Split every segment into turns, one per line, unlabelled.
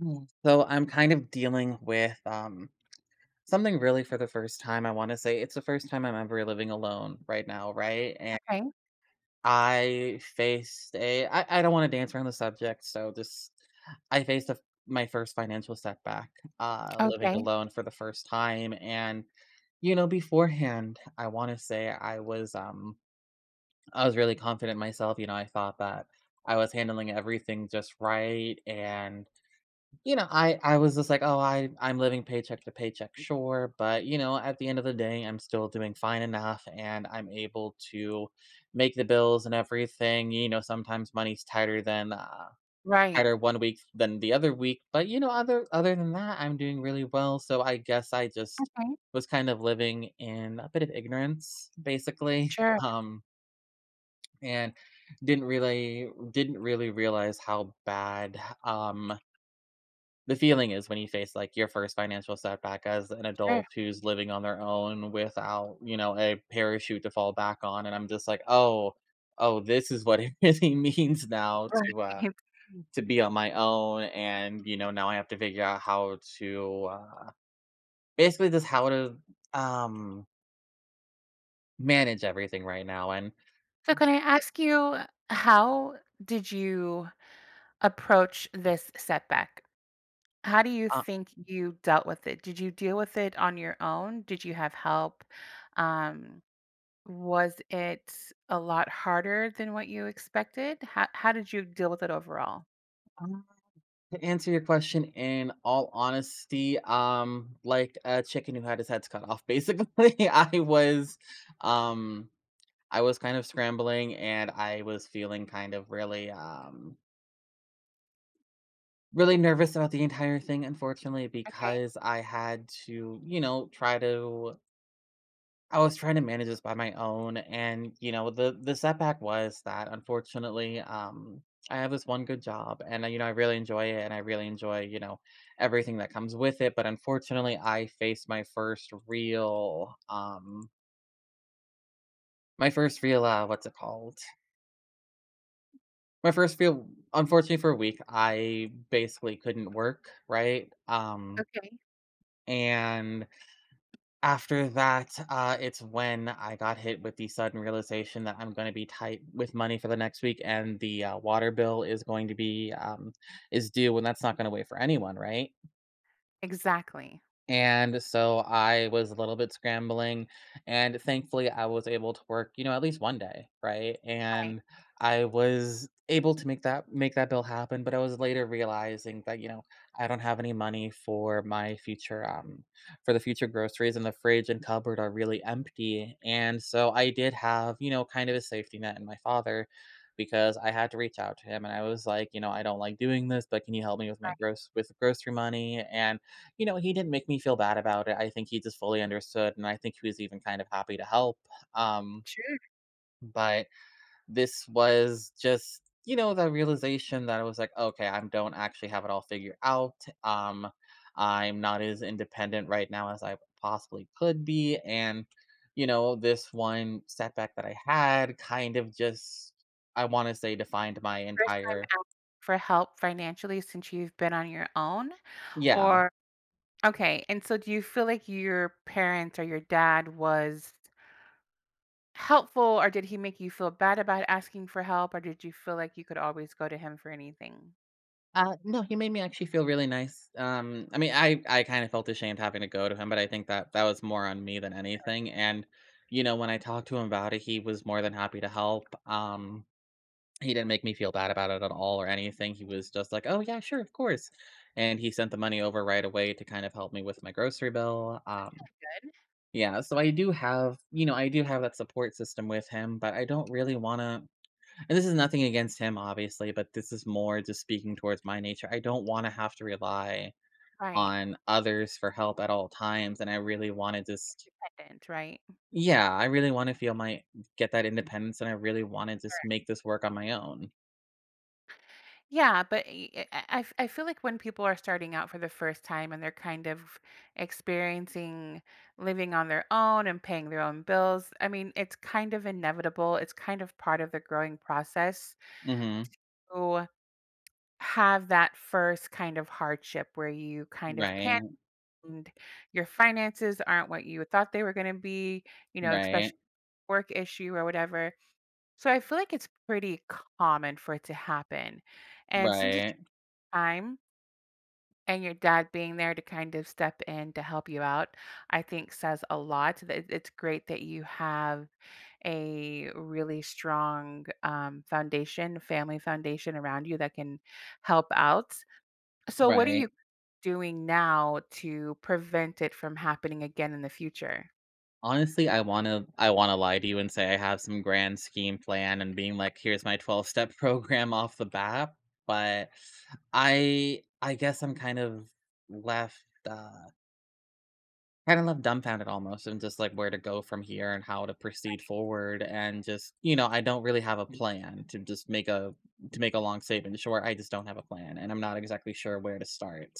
Mm. So I'm kind of dealing with something really for the first time. I want to say it's the first time I'm ever living alone right now, right? And
Okay,
I faced a I don't want to dance around the subject, so just I faced a, my first financial setback, living
okay,
alone for the first time. And you know, beforehand, I want to say I was, I was really confident in myself. You know, I thought that I was handling everything just right. And you know, I was just like, "Oh, I'm living paycheck to paycheck, sure, but, you know, at the end of the day, I'm still doing fine enough and I'm able to make the bills and everything." You know, sometimes money's tighter than
right.
tighter one week than the other week, but, you know, other than that, I'm doing really well, so I guess I just
Okay,
was kind of living in a bit of ignorance, basically.
sure,
um, and didn't really realize how bad, um the feeling is when you face, like, your first financial setback as an
sure,
adult who's living on their own without, you know, a parachute to fall back on. And I'm just like, "Oh, oh, this is what it really means now
right.
to be on my own," and, you know, now I have to figure out how to, basically just how to, um, manage everything right now and,
So can I ask you, how did you approach this setback? How do you think you dealt with it? Did you deal with it on your own? Did you have help? Um, was it a lot harder than what you expected? How did you deal with it overall?
uh to answer your question in all honesty, like a chicken who had his heads cut off, basically. I was, um I was kind of scrambling, and I was feeling kind of really, really nervous about the entire thing, unfortunately,
Okay,
because I had to, you know, try to I was trying to manage this by my own, and, you know, the setback was that, unfortunately, I have this one good job, and, I you know, I really enjoy it, and I really enjoy, you know, everything that comes with it, but unfortunately, I faced my first real, what's it called? My first real, unfortunately, for a week, I basically couldn't work, right?
okay.
And after that, it's when I got hit with the sudden realization that I'm gonna be tight with money for the next week, and the, water bill is going to be, is due, and that's not gonna wait for anyone, right?
Exactly.
And so I was a little bit scrambling, and thankfully I was able to work, you know, at least one day, right?
Right,
And I was able to make that bill happen, but I was later realizing that, you know, I don't have any money for my future, for the future groceries, and the fridge and cupboard are really empty. And so I did have, you know, kind of a safety net in my father, because I had to reach out to him and I was like, you know, I don't like doing this, but can you help me with my
right.
gross with grocery money? And you know, he didn't make me feel bad about it. I think he just fully understood, and I think he was even kind of happy to help. Um,
Sure.
but this was just, you know, the realization that I was like, okay, I don't actually have it all figured out. Um, I'm not as independent right now as I possibly could be. And, you know, this one setback that I had kind of just, I want to say, defined my
First
entire,
for help financially since you've been on your own.
yeah.
Or okay. And so do you feel like your parents or your dad was helpful, or did he make you feel bad about asking for help, or did you feel like you could always go to him for anything?
No, he made me actually feel really nice. I mean, I kind of felt ashamed having to go to him, but I think that that was more on me than anything. And you know, when I talked to him about it, he was more than happy to help. He didn't make me feel bad about it at all or anything. He was just like, "Oh yeah, sure, of course," and he sent the money over right away to kind of help me with my grocery bill. Yeah, so I do have, you know, I do have that support system with him, but I don't really want to — and this is nothing against him, obviously, but this is more just speaking towards my nature. I don't want to have to rely
Right.
on others for help at all times. And I really want to just,
Dependent, right?
yeah, I really want to feel my, get that independence. And I really want to just make this work on my own.
Yeah, but I feel like when people are starting out for the first time and they're kind of experiencing living on their own and paying their own bills, I mean, it's kind of inevitable. It's kind of part of the growing process.
Hmm.
So have that first kind of hardship where you kind of panic
Right.
and your finances aren't what you thought they were going to be, you know,
Right.
especially work issue or whatever. So I feel like it's pretty common for it to happen. And since it's
Right.
your time and your dad being there to kind of step in to help you out, I think says a lot. That it's great that you have a really strong foundation, family foundation around you that can help out. So what are
Right.
you doing now to prevent it from happening again in the future?
Honestly, I wanna lie to you and say I have some grand scheme plan and being like, "Here's my 12-step program off the bat," but I guess I'm left, uh kind of left dumbfounded almost and just, like, where to go from here and how to proceed forward, and just, you know, I don't really have a plan to just make a to make a long statement short. I just don't have a plan, and I'm not exactly sure where to start.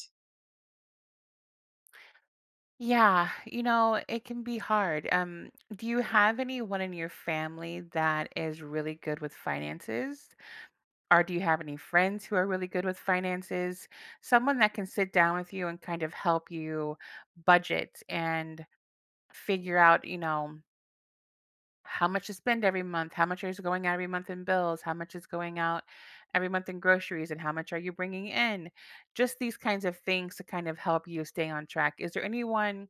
Yeah, you know, it can be hard. Do you have anyone in your family that is really good with finances? Or do you have any friends who are really good with finances? Someone that can sit down with you and kind of help you budget and figure out, you know, how much to spend every month, how much is going out every month in bills, how much is going out every month in groceries, and how much are you bringing in? Just these kinds of things to kind of help you stay on track. Is there anyone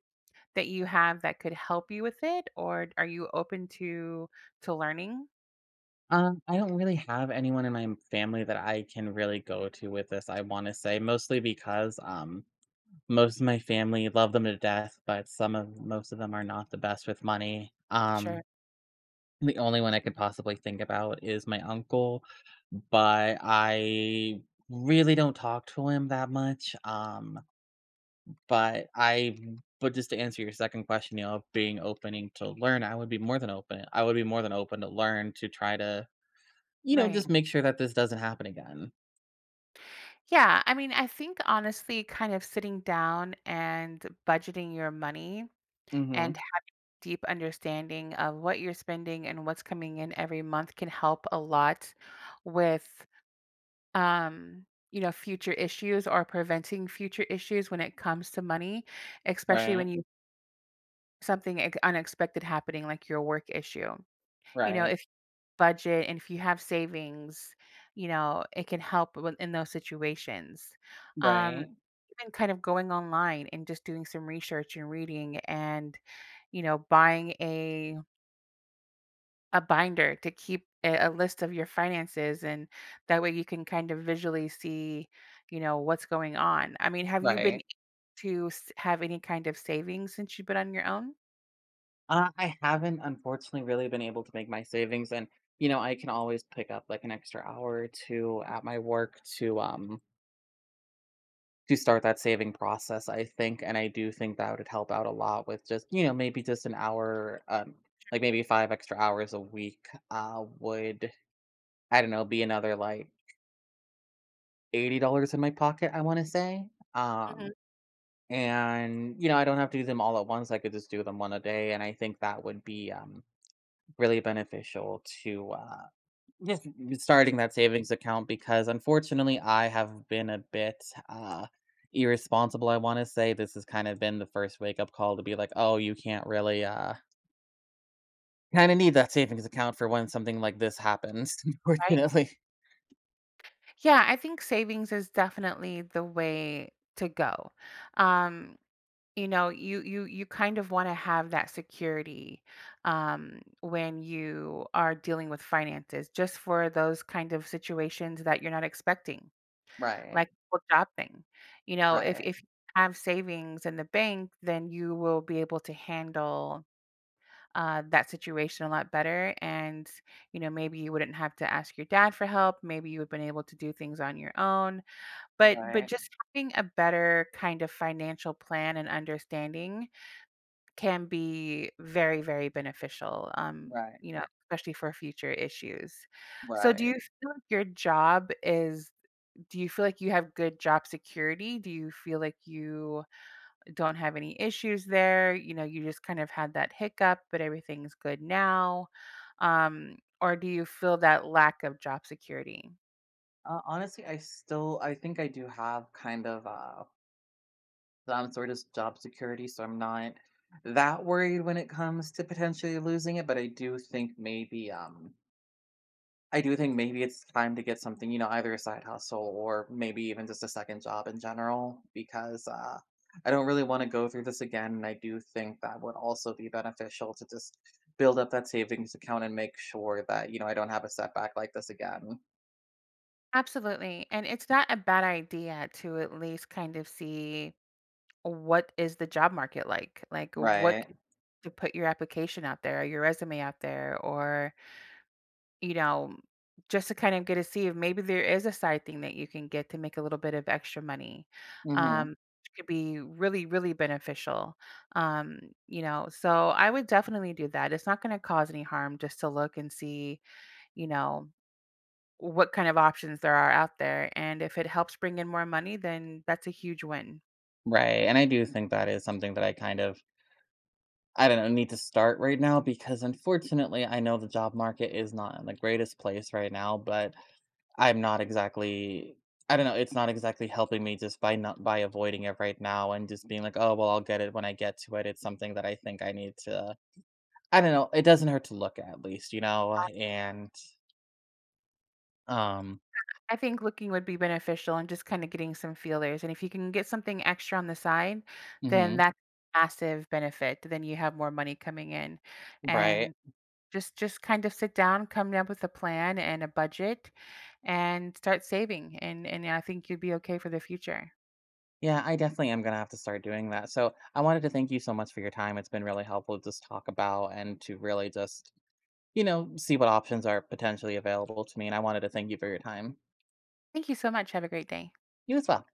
that you have that could help you with it, or are you open to learning?
I don't really have anyone in my family that I can really go to with this, I wanna say, mostly because, most of my family — love them to death — but some of most of them are not the best with money.
Sure.
The only one I could possibly think about is my uncle, but I really don't talk to him that much, but I but just to answer your second question, you know, of being opening to learn, I would be more than open to learn to try to, you know,
Right.
just make sure that this doesn't happen again.
Yeah, I mean, I think honestly kind of sitting down and budgeting your money and
Mhm.
have deep understanding of what you're spending and what's coming in every month can help a lot with, um you know, future issues or preventing future issues when it comes to money, especially when
Right,
you unexpected happening like your work issue, you know,
right,
if budget and if you have savings, you know, it can help with in those situations. Um,
right,
Even kind of going online and just doing some research and reading and, you know, buying a binder to keep a list of your finances, and that way you can kind of visually see, you know, what's going on. I mean, have you been
right.
have any kind of savings since you've been on your own?
I haven't unfortunately really been able to make my savings, and, you know, I can always pick up like an extra hour or 2 at my work to start that saving process, I think, and I do think that would help out a lot with just, you know, maybe just an hour, like maybe 5 extra hours a week, would, I don't know, be another like $80 in my pocket, I wanna say. Um
Mhm.
And, you know, I don't have to do them all at once. I could just do them one a day. And I think that would be, really beneficial to, just starting that savings account, because unfortunately I have been a bit, uh, irresponsible. I want to say this has kind of been the first wake up call to be like, oh, you can't really, kind of need that savings account for when something like this happens,
Right.
unfortunately.
Yeah, I think savings is definitely the way to go. Um, you know, you kind of want to have that security, um, when you are dealing with finances, just for those kind of situations that you're not expecting,
Right,
like what job thing. You know, if
right,
if you have savings in the bank, then you will be able to handle, that situation a lot better. And you know, maybe you wouldn't have to ask your dad for help, maybe you would have been able to do things on your own, but
right,
just having a better kind of financial plan and understanding can be very, very beneficial,
right,
you know, especially for future issues. So do you
right.
feel like your job is, do you feel like you have good job security? Do you feel like you don't have any issues there? You know, you just kind of had that hiccup, but everything's good now. Or do you feel that lack of job security?
Honestly, I think I do have kind of, some sort of job security, so I'm not that worried when it comes to potentially losing it, but I do think maybe it's time to get something, you know, either a side hustle or maybe even just a second job in general, because I don't really want to go through this again, and I do think that would also be beneficial to just build up that savings account and make sure that, you know, I don't have a setback like this again.
Absolutely. And it's not a bad idea to at least kind of see, what is the job market like? Like, what
Right.
could, to put your application out there, or your resume out there, or, you know, just to kind of get to see if maybe there is a side thing that you can get to make a little bit of extra money,
Mhm.
which could be really, really beneficial. Um, you know, so I would definitely do that. It's not going to cause any harm just to look and see, you know, what kind of options there are out there. And if it helps bring in more money, then that's a huge win.
Right. And I do think that is something that I kind of, I don't know, need to start right now, because unfortunately, I know the job market is not in the greatest place right now, but I'm not exactly, I don't know, it's not exactly helping me just by not by avoiding it right now and just being like, "Oh, well, I'll get it when I get to it." It's something that I think I need to, I don't know, it doesn't hurt to look at least, you know, and um
I think looking would be beneficial and just kind of getting some feelers. And if you can get something extra on the side, then
mhm,
that's massive benefit. Then you have more money coming in.
right.
And just kind of sit down, come up with a plan and a budget, and start saving. And I think you'd be okay for the future.
Yeah, I definitely am gonna have to start doing that. So I wanted to thank you so much for your time. It's been really helpful to just talk about, and to really just, you know, see what options are potentially available to me, and I wanted to thank you for your time.
Thank you so much. Have a great day.
You as well.